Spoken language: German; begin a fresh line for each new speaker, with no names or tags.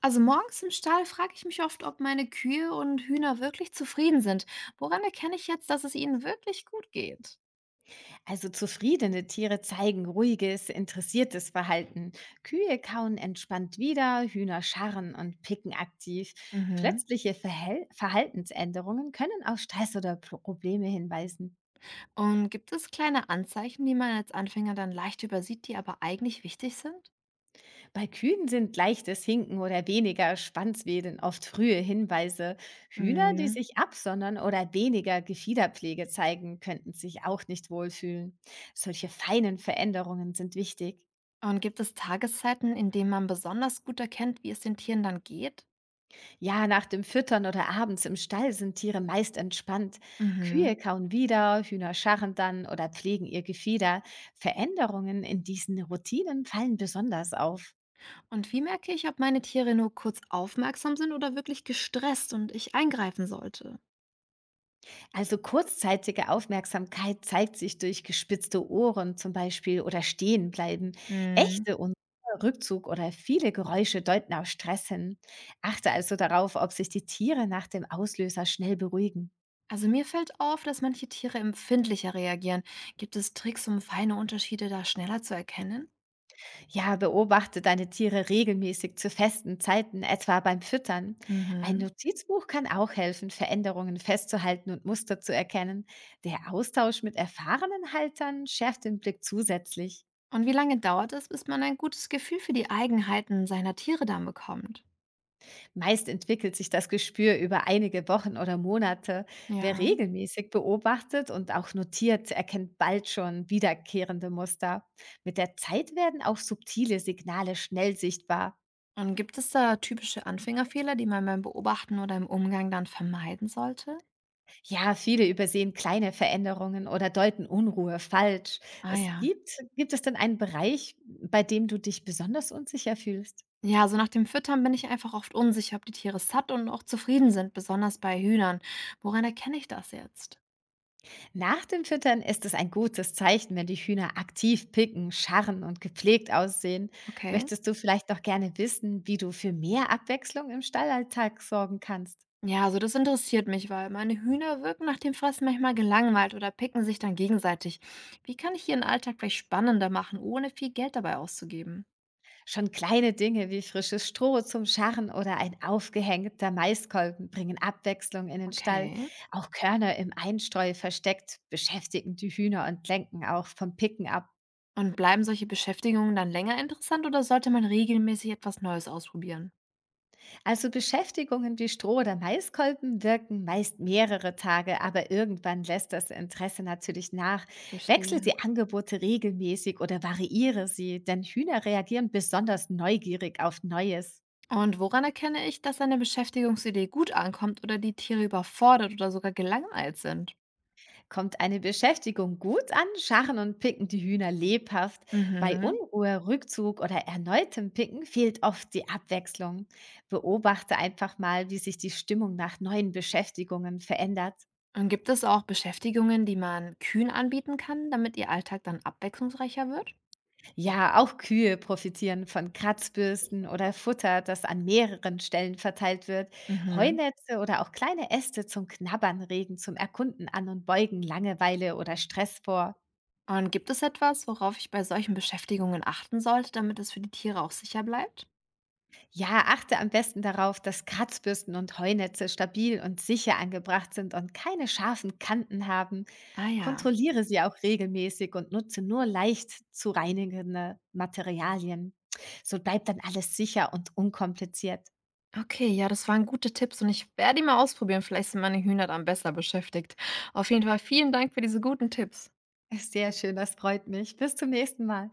Also morgens im Stall frage ich mich oft, ob meine Kühe und Hühner wirklich zufrieden sind. Woran erkenne ich jetzt, dass es ihnen wirklich gut geht?
Also zufriedene Tiere zeigen ruhiges, interessiertes Verhalten. Kühe kauen entspannt wieder, Hühner scharren und picken aktiv.
Mhm.
Plötzliche Verhel Verhaltensänderungen können auf Stress oder Probleme hinweisen.
Und gibt es kleine Anzeichen, die man als Anfänger dann leicht übersieht, die aber eigentlich wichtig sind?
Bei Kühen sind leichtes Hinken oder weniger Spannswedeln oft frühe Hinweise. Hühner, die
Mhm.
sich absondern oder weniger Gefiederpflege zeigen, könnten sich auch nicht wohlfühlen. Solche feinen Veränderungen sind wichtig.
Und gibt es Tageszeiten, in denen man besonders gut erkennt, wie es den Tieren dann geht?
Ja, nach dem Füttern oder abends im Stall sind Tiere meist entspannt.
Mhm.
Kühe kauen wieder, Hühner scharren dann oder pflegen ihr Gefieder. Veränderungen in diesen Routinen fallen besonders auf.
Und wie merke ich, ob meine Tiere nur kurz aufmerksam sind oder wirklich gestresst und ich eingreifen sollte?
Also kurzzeitige Aufmerksamkeit zeigt sich durch gespitzte Ohren zum Beispiel oder stehen bleiben.
Mhm.
Echte und Rückzug oder viele Geräusche deuten auf Stress hin. Achte also darauf, ob sich die Tiere nach dem Auslöser schnell beruhigen.
Also mir fällt auf, dass manche Tiere empfindlicher reagieren. Gibt es Tricks, um feine Unterschiede da schneller zu erkennen?
Ja, beobachte deine Tiere regelmäßig zu festen Zeiten, etwa beim Füttern. Ein
Mhm.
Notizbuch kann auch helfen, Veränderungen festzuhalten und Muster zu erkennen. Der Austausch mit erfahrenen Haltern schärft den Blick zusätzlich.
Und wie lange dauert es, bis man ein gutes Gefühl für die Eigenheiten seiner Tiere dann bekommt?
Meist entwickelt sich das Gespür über einige Wochen oder Monate. Wer
Ja.
regelmäßig beobachtet und auch notiert, erkennt bald schon wiederkehrende Muster. Mit der Zeit werden auch subtile Signale schnell sichtbar.
Und gibt es da typische Anfängerfehler, die man beim Beobachten oder im Umgang dann vermeiden sollte?
Ja, viele übersehen kleine Veränderungen oder deuten Unruhe falsch.
Ah
Es
ja.
gibt, gibt es denn einen Bereich, bei dem du dich besonders unsicher fühlst?
Ja, also nach dem Füttern bin ich einfach oft unsicher, ob die Tiere satt und auch zufrieden sind, besonders bei Hühnern. Woran erkenne ich das jetzt?
Nach dem Füttern ist es ein gutes Zeichen, wenn die Hühner aktiv picken, scharren und gepflegt aussehen.
Okay.
Möchtest du vielleicht doch gerne wissen, wie du für mehr Abwechslung im Stallalltag sorgen kannst?
Ja, also das interessiert mich, weil meine Hühner wirken nach dem Fressen manchmal gelangweilt oder picken sich dann gegenseitig. Wie kann ich ihren Alltag vielleicht spannender machen, ohne viel Geld dabei auszugeben?
Schon kleine Dinge wie frisches Stroh zum Scharren oder ein aufgehängter Maiskolben bringen Abwechslung in den Stall.
Okay.
Auch Körner im Einstreu versteckt beschäftigen die Hühner und lenken auch vom Picken ab.
Und bleiben solche Beschäftigungen dann länger interessant oder sollte man regelmäßig etwas Neues ausprobieren?
Also Beschäftigungen wie Stroh oder Maiskolben wirken meist mehrere Tage, aber irgendwann lässt das Interesse natürlich nach. Wechsle
Verstehe.
die Angebote regelmäßig oder variiere sie, denn Hühner reagieren besonders neugierig auf Neues.
Und woran erkenne ich, dass eine Beschäftigungsidee gut ankommt oder die Tiere überfordert oder sogar gelangweilt sind?
Kommt eine Beschäftigung gut an, scharren und picken die Hühner lebhaft. Bei
Mhm.
Unruhe, Rückzug oder erneutem Picken fehlt oft die Abwechslung. Beobachte einfach mal, wie sich die Stimmung nach neuen Beschäftigungen verändert.
Und gibt es auch Beschäftigungen, die man kühn anbieten kann, damit ihr Alltag dann abwechslungsreicher wird?
Ja, auch Kühe profitieren von Kratzbürsten oder Futter, das an mehreren Stellen verteilt wird.
Mhm.
Heunetze oder auch kleine Äste zum Knabbern regen zum Erkunden an und beugen Langeweile oder Stress vor.
Und gibt es etwas, worauf ich bei solchen Beschäftigungen achten sollte, damit es für die Tiere auch sicher bleibt?
Ja, achte am besten darauf, dass Kratzbürsten und Heunetze stabil und sicher angebracht sind und keine scharfen Kanten haben.
Ah ja.
Kontrolliere sie auch regelmäßig und nutze nur leicht zu reinigende Materialien. So bleibt dann alles sicher und unkompliziert.
Okay, ja, das waren gute Tipps und ich werde die mal ausprobieren. Vielleicht sind meine Hühner dann besser beschäftigt. Auf jeden Fall vielen Dank für diese guten Tipps.
Sehr schön, das freut mich. Bis zum nächsten Mal.